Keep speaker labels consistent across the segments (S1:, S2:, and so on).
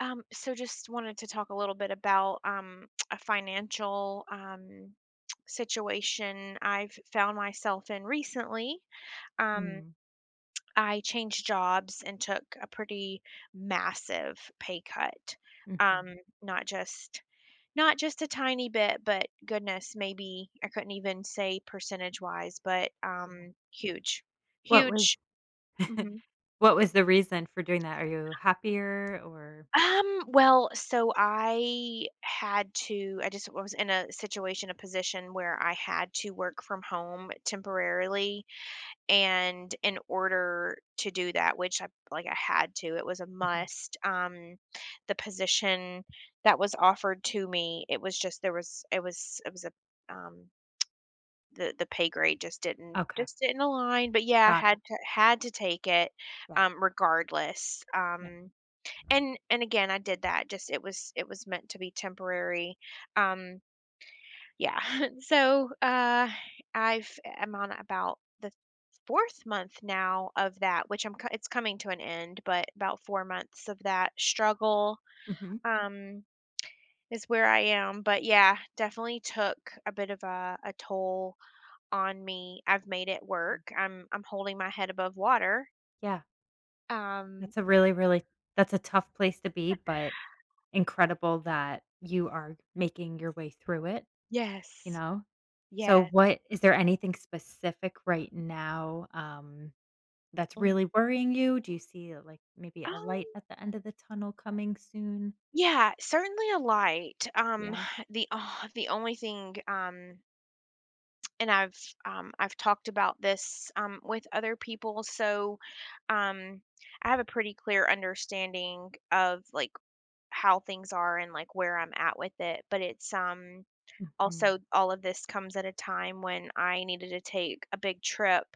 S1: So just wanted to talk a little bit about a financial situation I've found myself in recently. Um,
S2: Mm,
S1: I changed jobs and took a pretty massive pay cut.
S2: mhm.
S1: Um, not just not just a tiny bit, but goodness, maybe I couldn't even say percentage wise, but
S2: Yeah.
S1: huge,
S2: What
S1: huge.
S2: was
S1: Mm-hmm.
S2: what was the reason for doing that? Are you happier or
S1: Well, so I had to I just was in a situation, a position where I had to work from home temporarily. And in order to do that, which I like I had to, it was a
S2: mhm,
S1: must. The position that was offered to me, it was just there was it was it was a um the pay grade just
S2: okay,
S1: didn't align, but yeah, I
S2: got
S1: had
S2: it,
S1: to had to take it,
S2: yeah,
S1: regardless.
S2: yeah.
S1: And again, I did that, just it was meant to be temporary. Um, yeah. So, I've I'm on about the 4th month now of that, which I'm co it's coming to an end, but about 4 months of that struggle,
S2: Mhm.
S1: um, is where I am. But yeah, definitely took a bit of a toll on me. I've made it
S2: Yeah.
S1: work. I'm holding my head above water.
S2: Yeah,
S1: Um,
S2: that's a really, really that's a tough place to be, but incredible that you are making your way through it, you
S1: yes.
S2: know? So
S1: Yeah.
S2: what is there anything specific right now, that's
S1: Mm.
S2: really worrying you? Do you see, like, maybe a light
S1: Um
S2: at the end of the tunnel coming soon?
S1: Yeah, certainly a light.
S2: Yeah?
S1: The only thing, and I've talked about this with other people, so um, I have a pretty clear understanding of like how things are and like where I'm at with it. But it's,
S2: Mhm.
S1: also, all of this comes at a time when I needed to take a big trip,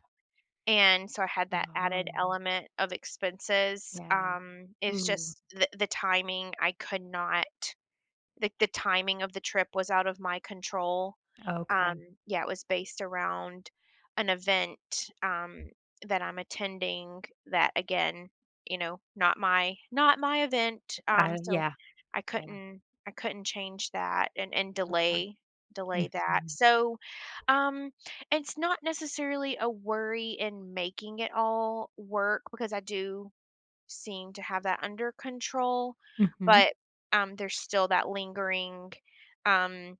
S1: and so I had that added
S2: Oh.
S1: element of expenses.
S2: Yeah.
S1: It's
S2: Ooh,
S1: just the timing. I could not, like, the timing of the trip was out of my control.
S2: okay.
S1: Um, yeah, it was based around an event, that I'm attending. That again, you know, not my event,
S2: I
S1: so
S2: yeah, yeah,
S1: I couldn't change that and
S2: okay.
S1: delay that.
S2: Mhm,
S1: So, um, it's not necessarily a worry in making it all work, because I do seem to have that under control,
S2: mhm.
S1: but, there's still that lingering, um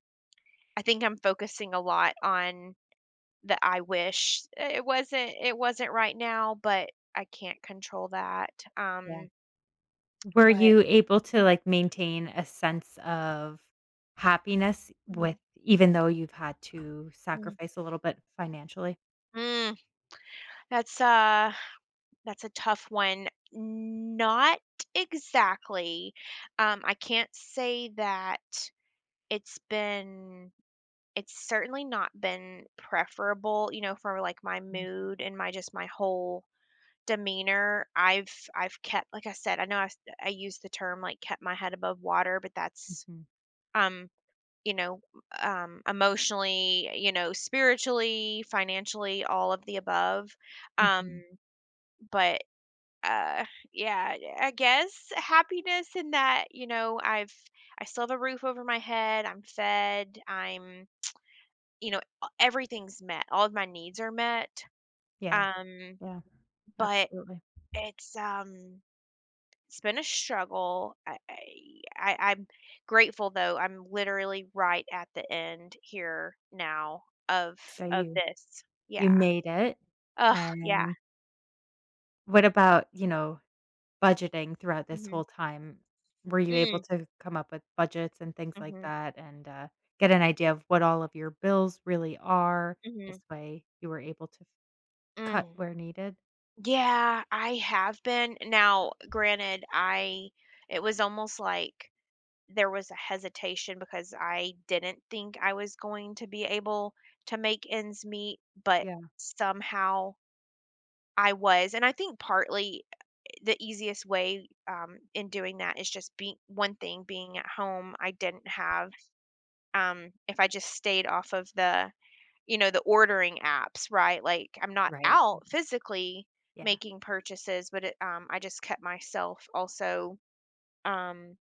S1: I think I'm focusing a lot on the "I wish." It wasn't right now, but I can't control that,
S2: Yeah.
S1: um,
S2: Were
S1: but
S2: you able to, like, maintain a sense of happiness with
S1: mhm.
S2: even though you've had to
S1: Mm.
S2: sacrifice a little bit financially?
S1: Mm, that's a tough one. Not exactly. I can't say that it's been it's certainly not been preferable, you know, for, like, my
S2: Mm,
S1: mood and my just my whole demeanor. I've kept, like I said, I know I s I use the term, like, kept my head above water, but that's,
S2: mhm,
S1: um, you know, emotionally, you know, spiritually, financially, all of the above. Um,
S2: mhm.
S1: but, uh, yeah, I guess happiness in that, you know, I still have a roof over my head, I'm fed, I'm, you know, everything's met, all of my needs are met,
S2: Yeah,
S1: um,
S2: yeah,
S1: but
S2: absolutely.
S1: it's, um it's been a struggle. I'm grateful though. I'm literally right at the end here now of
S2: So you
S1: this.
S2: you
S1: Yeah.
S2: made it,
S1: Ugh, yeah.
S2: and what about, you know, budgeting throughout this
S1: Mhm.
S2: whole time, were you able
S1: Mm,
S2: to come up with budgets and things like
S1: mhm,
S2: that and, get an idea of what all of your bills really are? This
S1: mhm,
S2: way, you were able to cut
S1: mm.
S2: where needed?
S1: Yeah, I have been. Now, granted, I it was almost like there was a hesitation because I didn't think I was going to be able to make ends meet, but
S2: Yeah.
S1: somehow I was. And I think partly, the easiest way, in doing that is just being one thing being at home. I didn't have, if I just stayed off of the, you know, the ordering apps, right? Like I'm not
S2: Right.
S1: out physically
S2: Yeah.
S1: making purchases, but it, I just kept myself also, Um,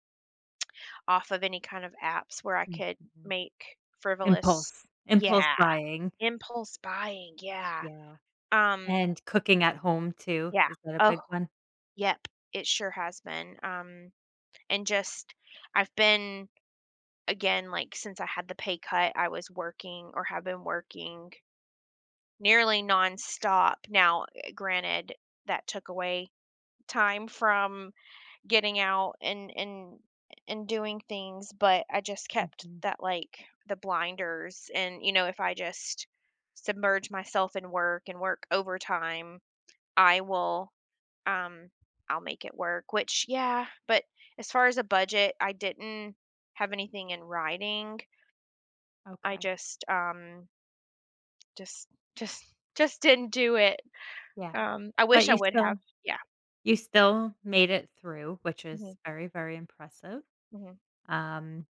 S1: off of any kind of apps where I could
S2: Mhm.
S1: make frivolous.
S2: Impulse
S1: Yeah,
S2: buying.
S1: impulse buying, yeah,
S2: Yeah,
S1: um,
S2: and cooking at home too.
S1: yeah,
S2: Is that a
S1: oh,
S2: big one?
S1: yep, it sure has been, and just I've been again, like, since I had the pay cut, I was working, or have been working, nearly nonstop. Now, granted, that took away time from getting out and doing things, but I just kept
S2: Mhm.
S1: that, like, the blinders, and you know, if I just submerge myself in work and work overtime, I will, um I'll make it work, which yeah. But as far as a budget, I didn't have anything in writing. I
S2: Okay.
S1: just just just just didn't do it.
S2: Yeah.
S1: I
S2: But
S1: wish I
S2: you
S1: would
S2: still
S1: have. Yeah.
S2: you still made it through, which
S1: Hmm.
S2: is very, very impressive.
S1: Hmm.
S2: Um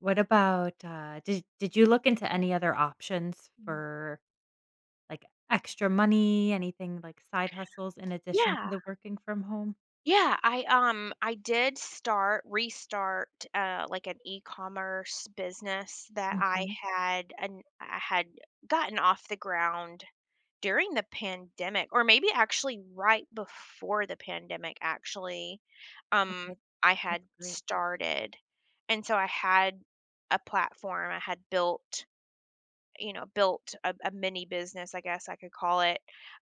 S2: What about, did you look into any other options for, like, extra money, anything like side hustles in addition to
S1: Yeah.
S2: the working from home?
S1: Yeah, I did start restart, like, an e-commerce business that I
S2: Mhm.
S1: had, and I had gotten off the ground during the pandemic, or maybe actually right before the pandemic actually.
S2: Okay,
S1: Um I
S2: that's
S1: had
S2: great.
S1: started, and so I had a platform, I had built, you know, built a mini business, I guess I could call it.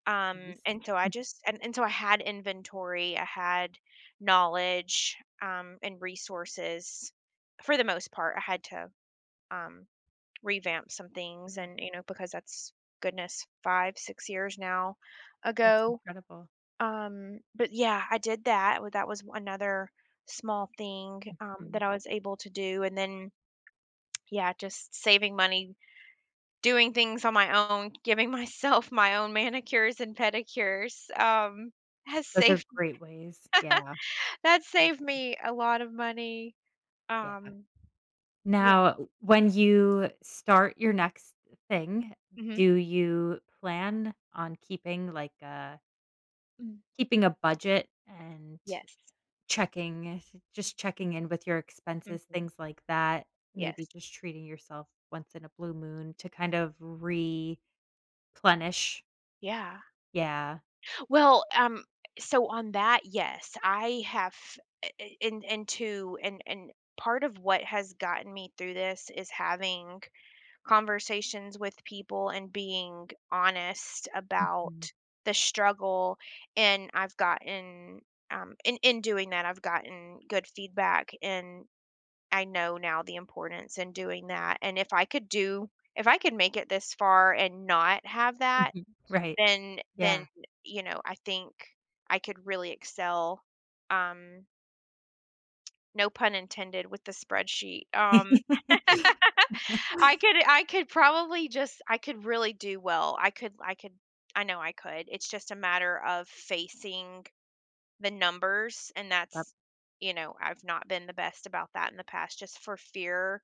S2: Nice.
S1: And so I
S2: Mhm,
S1: just, and so I had inventory, I had knowledge, and resources, for the most part. I had to, um, revamp some things,
S2: yeah,
S1: and you know, because that's, goodness, 5 6 years now
S2: that's
S1: ago.
S2: incredible.
S1: But yeah, I did that. Well, that was another small thing,
S2: Mm,
S1: that I was able to do, and then yeah, just saving money, doing things on my own, giving myself my own manicures and pedicures, has
S2: those are
S1: saved,
S2: great ways. Yeah,
S1: that saved
S2: seriously.
S1: me a lot of money,
S2: Yeah.
S1: um, yeah.
S2: Now, when you start your next thing,
S1: Mhm,
S2: do you plan on keeping, like, a
S1: mm,
S2: keeping a budget and
S1: yes,
S2: Checking just checking in with your expenses,
S1: mhm,
S2: things like that, maybe
S1: yes,
S2: just treating yourself once in a blue moon to kind of replenish.
S1: yeah.
S2: Yeah.
S1: Well, so on that, yes, I have, I in into and part of what has gotten me through this is having conversations with people and being honest
S2: Mhm,
S1: about the struggle. And I've gotten, in doing that, I've gotten good feedback, and I know now the importance in doing that. And if I could do, if I could make it this far and not have that,
S2: mhm. Right.
S1: then
S2: Yeah.
S1: you know, I think I could really excel, um no pun intended with the spreadsheet, I could really do well. I know I could. It's just a matter of facing the numbers, and
S2: Yep.
S1: that's, you know, I've not been the best about that in the past, just for fear.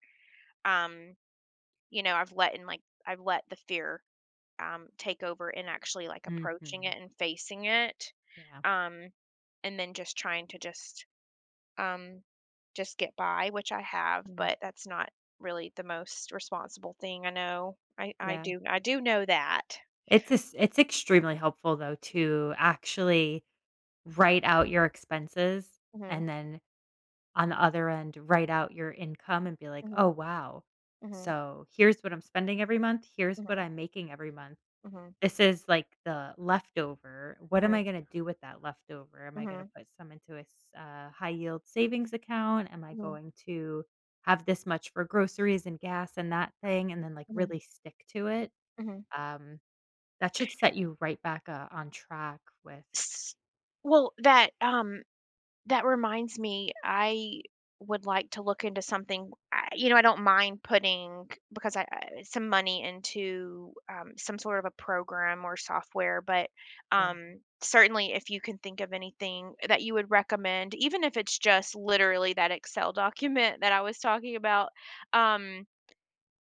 S1: Um, you know, I've let the fear, take over and actually like approaching it
S2: Mhm.
S1: and facing it.
S2: Yeah.
S1: Um and then just trying to just, um, just get by, which I have,
S2: Yeah.
S1: but that's not really the most responsible thing. I know.
S2: Yeah.
S1: I do know that.
S2: It's extremely helpful, though, to actually write out your expenses
S1: Mhm,
S2: and then on the other end, write out your income and be like, "Oh,
S1: mhm,
S2: wow.
S1: mhm,
S2: So here's what I'm spending every month. Here's what
S1: mhm,
S2: I'm making every month.
S1: mhm,
S2: This is like the leftover. What am
S1: mhm,
S2: I going to do with that leftover? Am I going to
S1: mhm,
S2: put some into a high yield savings account? Am I
S1: mhm,
S2: going to have this much for groceries and gas and that thing?" And then like
S1: mhm,
S2: really stick to it.
S1: mhm.
S2: Um, that should set you right back on track with
S1: S- Well, that reminds me, I would like to look into something. I, you know, I don't mind putting, because I some money into, some sort of a program or software, but,
S2: yeah.
S1: certainly if you can think of anything that you would recommend, even if it's just literally that Excel document that I was talking about, um,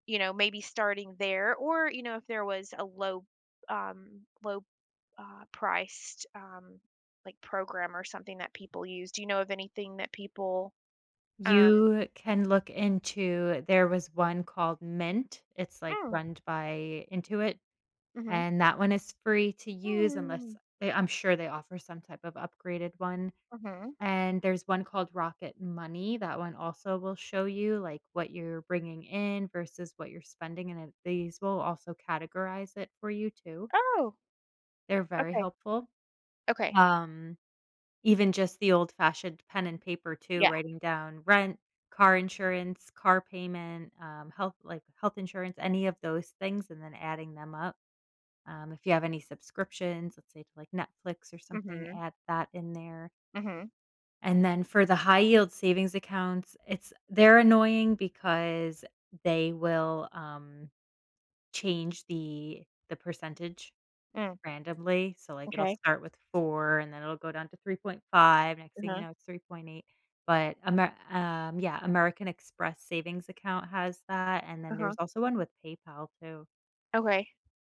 S1: you know, maybe starting there, or you know, if there was a low um low priced, like, program or something that people use. Do you know of anything that people? Um,
S2: You can look into there was one called Mint, it's, like,
S1: mm,
S2: run by Intuit,
S1: mm-hmm,
S2: and that one is free to use unless
S1: mm,
S2: they I'm sure they offer some type of upgraded one,
S1: mm-hmm.
S2: and there's one called Rocket Money. That one also will show you, like, what you're bringing in versus what you're spending, and it these will also categorize it for you too.
S1: Oh,
S2: They're very
S1: okay,
S2: helpful,
S1: okay,
S2: um, even just the old-fashioned pen and paper too,
S1: yeah.
S2: writing down rent, car insurance, car payment, health insurance, any of those things, and then adding them up. If you have any subscriptions, let's say to, like, Netflix or something,
S1: Mm-hmm,
S2: add that in there.
S1: mm-hmm,
S2: And then for the high yield savings accounts, it's they're annoying because they will, change the percentage
S1: mm,
S2: randomly. So, like, it'll
S1: okay,
S2: start with 4 and then it'll go down to 3.5, next thing you
S1: uh-huh,
S2: know, it's 3.8. But Amer yeah, American Express savings account has that, and then
S1: uh-huh,
S2: there's also one with PayPal too.
S1: okay.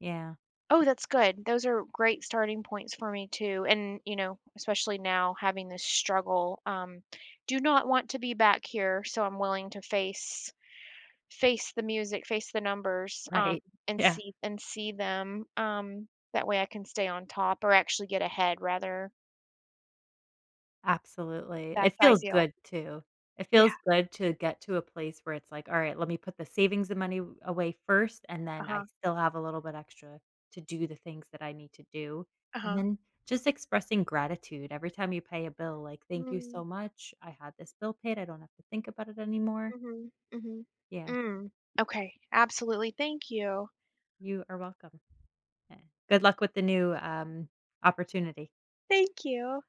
S2: Yeah,
S1: Oh, that's good. Those are great starting points for me too. And you know, especially now having this struggle, do not want to be back here, so I'm willing to face, face the numbers,
S2: right.
S1: and
S2: Yeah.
S1: see, them, that way I can stay on top, or actually get ahead rather.
S2: Absolutely.
S1: That's
S2: It feels
S1: ideal.
S2: good too. It
S1: Yeah,
S2: feels good to get to a place where it's like, "All right, let me put the savings and money w away first, and then I
S1: uh-huh,
S2: still have a little bit extra to do the things that I need to do." And
S1: uh-huh.
S2: then just expressing gratitude every time you pay a bill, like, "Thank you
S1: Mm,
S2: so much. I had this bill paid. I don't have to think about it anymore."
S1: mhm, mhm.
S2: Yeah,
S1: Mm, okay, absolutely, thank you.
S2: you are welcome. Eh, good luck with the new, opportunity.
S1: Thank you.